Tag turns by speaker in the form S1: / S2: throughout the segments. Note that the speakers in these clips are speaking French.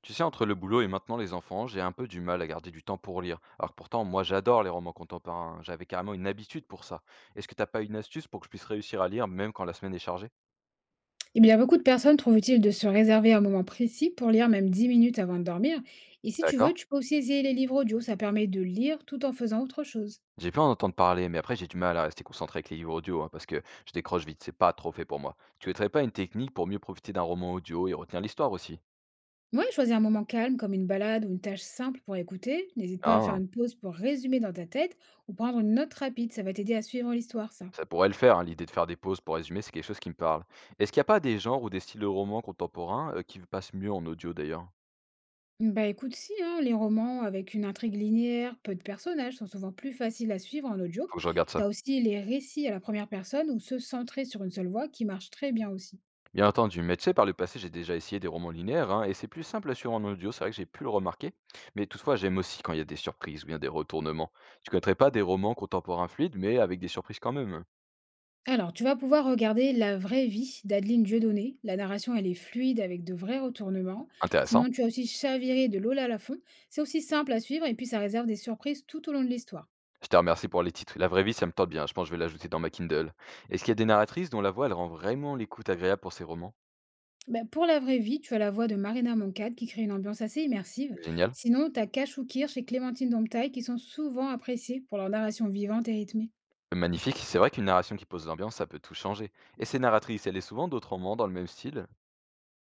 S1: Tu sais, entre le boulot et maintenant les enfants, j'ai un peu du mal à garder du temps pour lire. Alors que pourtant, moi j'adore les romans contemporains, hein. J'avais carrément une habitude pour ça. Est-ce que t'as pas une astuce pour que je puisse réussir à lire même quand la semaine est chargée?
S2: Eh bien, beaucoup de personnes trouvent utile de se réserver un moment précis pour lire même 10 minutes avant de dormir. Et si tu
S1: D'accord?
S2: veux, tu peux aussi essayer les livres audio, ça permet de lire tout en faisant autre chose.
S1: J'ai pu en entendre parler, mais après j'ai du mal à rester concentré avec les livres audio, hein, parce que je décroche vite, c'est pas trop fait pour moi. Tu connaîtrais pas une technique pour mieux profiter d'un roman audio et retenir l'histoire aussi?
S2: Ouais, choisis un moment calme comme une balade ou une tâche simple pour écouter. N'hésite pas à faire
S1: Ah,
S2: une pause pour résumer dans ta tête ou prendre une note rapide, ça va t'aider à suivre l'histoire, ça.
S1: ça pourrait le faire, hein, l'idée de faire des pauses pour résumer, c'est quelque chose qui me parle. Est-ce qu'il n'y a pas des genres ou des styles de romans contemporains qui passent mieux en audio d'ailleurs?
S2: Bah écoute, si, hein, les romans avec une intrigue linéaire, peu de personnages sont souvent plus faciles à suivre en audio.
S1: Faut que je regarde
S2: T'as
S1: ça.
S2: aussi les récits à la première personne ou ceux centrés sur une seule voix qui marchent très bien aussi.
S1: Bien entendu, mais tu sais, par le passé, j'ai déjà essayé des romans linéaires, hein, et c'est plus simple à suivre en audio, c'est vrai que j'ai pu le remarquer. Mais toutefois, j'aime aussi quand il y a des surprises ou bien des retournements. Tu connaîtrais pas des romans contemporains fluides, mais avec des surprises quand même.
S2: Alors, tu vas pouvoir regarder La vraie vie d'Adeline Dieudonné. La narration, elle est fluide avec de vrais retournements.
S1: Intéressant.
S2: Sinon, tu as aussi Chaviré de Lola Lafont. C'est aussi simple à suivre et puis ça réserve des surprises tout au long de l'histoire.
S1: Je te remercie pour les titres. La vraie vie, ça me tente bien. Je pense que je vais l'ajouter dans ma Kindle. Est-ce qu'il y a des narratrices dont la voix, elle rend vraiment l'écoute agréable pour ces romans?
S2: Ben, pour La vraie vie, tu as la voix de Marina Moncade qui crée une ambiance assez immersive.
S1: Génial.
S2: Sinon, tu as Cachou Kirsch et Clémentine Domptaille qui sont souvent appréciées pour leur narration vivante et rythmée.
S1: Magnifique. C'est vrai qu'une narration qui pose l'ambiance, ça peut tout changer. Et ces narratrices, elle est souvent d'autres romans dans le même style?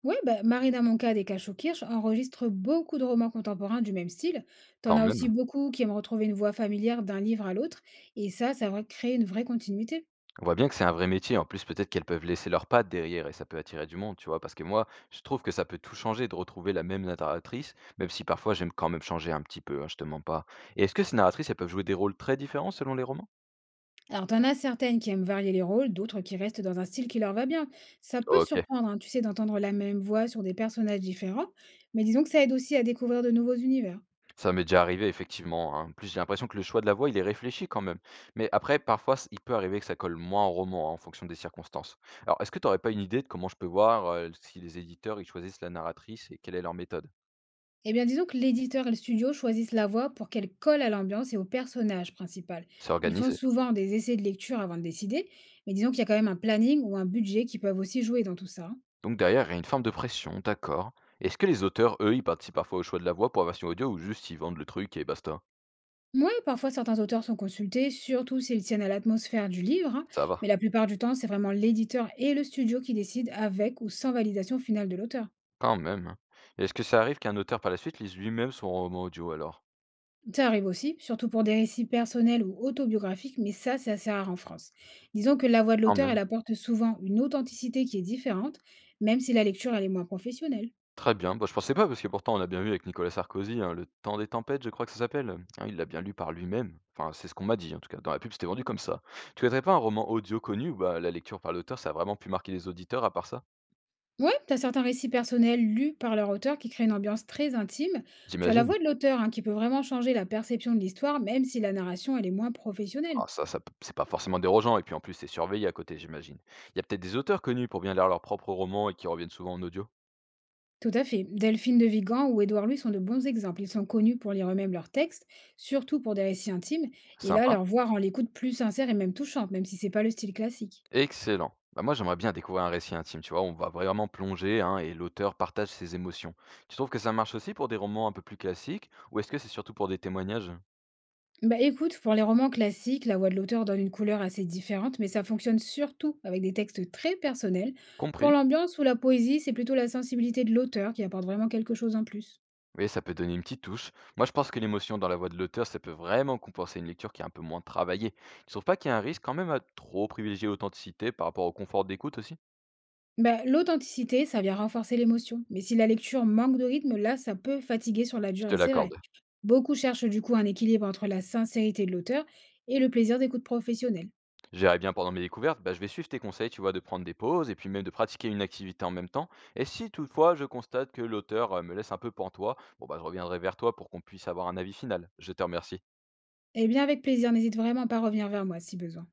S2: Ouais, bah, Marina Moncade et Cacho Kirsch enregistrent beaucoup de romans contemporains du même style. T'en
S1: Quand
S2: as aussi
S1: même.
S2: beaucoup qui aiment retrouver une voix familière d'un livre à l'autre, et ça va créer une vraie continuité.
S1: On voit bien que c'est un vrai métier. En plus, peut-être qu'elles peuvent laisser leurs pattes derrière et ça peut attirer du monde, tu vois? Parce que moi, je trouve que ça peut tout changer de retrouver la même narratrice, même si parfois j'aime quand même changer un petit peu, hein, je te mens pas. Et est-ce que ces narratrices, elles peuvent jouer des rôles très différents selon les romans?
S2: Alors, t'en as certaines qui aiment varier les rôles, d'autres qui restent dans un style qui leur va bien. Ça peut
S1: OK,
S2: surprendre, hein, tu sais, d'entendre la même voix sur des personnages différents, mais disons que ça aide aussi à découvrir de nouveaux univers.
S1: ça m'est déjà arrivé effectivement, hein. En plus, j'ai l'impression que le choix de la voix, il est réfléchi quand même. Mais après, parfois, il peut arriver que ça colle moins au roman, hein, en fonction des circonstances. Alors, est-ce que tu n'aurais pas une idée de comment je peux voir si les éditeurs, ils choisissent la narratrice et quelle est leur méthode?
S2: Eh bien, disons que l'éditeur et le studio choisissent la voix pour qu'elle colle à l'ambiance et au personnage principal. Ils font
S1: S'organiser.
S2: souvent des essais de lecture avant de décider, mais disons qu'il y a quand même un planning ou un budget qui peuvent aussi jouer dans tout ça, hein.
S1: Donc derrière, il y a une forme de pression, d'accord. Est-ce que les auteurs, eux, ils participent parfois au choix de la voix pour la version audio ou juste ils vendent le truc et basta?
S2: Moi, parfois certains auteurs sont consultés, surtout s'ils tiennent à l'atmosphère du livre, hein,
S1: Ça
S2: mais
S1: va,
S2: la plupart du temps, c'est vraiment l'éditeur et le studio qui décident avec ou sans validation finale de l'auteur.
S1: quand même. Hein. Et est-ce que ça arrive qu'un auteur par la suite lise lui-même son roman audio alors?
S2: Ça arrive aussi, surtout pour des récits personnels ou autobiographiques, mais ça, c'est assez rare en France. Disons que la voix de
S1: Quand
S2: l'auteur,
S1: même.
S2: elle apporte souvent une authenticité qui est différente, même si la lecture, elle est moins professionnelle.
S1: Très bien. Bah, je pensais pas parce que pourtant on a bien vu avec Nicolas Sarkozy, hein, Le Temps des tempêtes, je crois que ça s'appelle. Hein, il l'a bien lu par lui-même. Enfin, c'est ce qu'on m'a dit en tout cas. Dans la pub, c'était vendu comme ça. Tu connaîtrais pas un roman audio connu où bah, la lecture par l'auteur, ça a vraiment pu marquer les auditeurs à part ça?
S2: Ouais, t'as certains récits personnels lus par leur auteur qui créent une ambiance très intime. Tu as la
S1: J'imagine.
S2: voix de l'auteur, hein, qui peut vraiment changer la perception de l'histoire, même si la narration, elle est moins professionnelle.
S1: Ah, ça ça p c'est pas forcément dérangeant et puis en plus c'est surveillé à côté, j'imagine. Il y a peut-être des auteurs connus pour bien lire leurs propres romans et qui reviennent souvent en audio?
S2: Tout à fait. Delphine de Vigan ou Édouard Louis sont de bons exemples. Ils sont connus pour lire eux-mêmes leurs textes, surtout pour des récits intimes, et là,
S1: Sympa,
S2: leur voix rend l'écoute plus sincère et même touchante, même si c'est pas le style classique.
S1: excellent. Bah, moi j'aimerais bien découvrir un récit intime, tu vois? On va vraiment plonger, hein, et l'auteur partage ses émotions. Tu trouves que ça marche aussi pour des romans un peu plus classiques ou est-ce que c'est surtout pour des témoignages?
S2: Bah écoute, pour les romans classiques, la voix de l'auteur donne une couleur assez différente, mais ça fonctionne surtout avec des textes très personnels. Pour
S1: Compris.
S2: l'ambiance ou la poésie, c'est plutôt la sensibilité de l'auteur qui apporte vraiment quelque chose en plus.
S1: Oui, ça peut donner une petite touche. Moi je pense que l'émotion dans la voix de l'auteur, ça peut vraiment compenser une lecture qui est un peu moins travaillée. Tu trouves pas qu'il y a un risque quand même à trop privilégier l'authenticité par rapport au confort d'écoute aussi?
S2: Ben l'authenticité, ça vient renforcer l'émotion. Mais si la lecture manque de rythme, là, ça peut fatiguer sur la
S1: Je te
S2: durée, c'est vrai.
S1: l'accorde.
S2: Beaucoup cherchent du coup un équilibre entre la sincérité de l'auteur et le plaisir d'écoute professionnelle.
S1: J'irai bien pendant mes découvertes, bah, je vais suivre tes conseils, tu vois, de prendre des pauses et puis même de pratiquer une activité en même temps. Et si toutefois je constate que l'auteur me laisse un peu pantois, bon bah je reviendrai vers toi pour qu'on puisse avoir un avis final. Je te remercie.
S2: Eh bien, avec plaisir, n'hésite vraiment pas à revenir vers moi si besoin.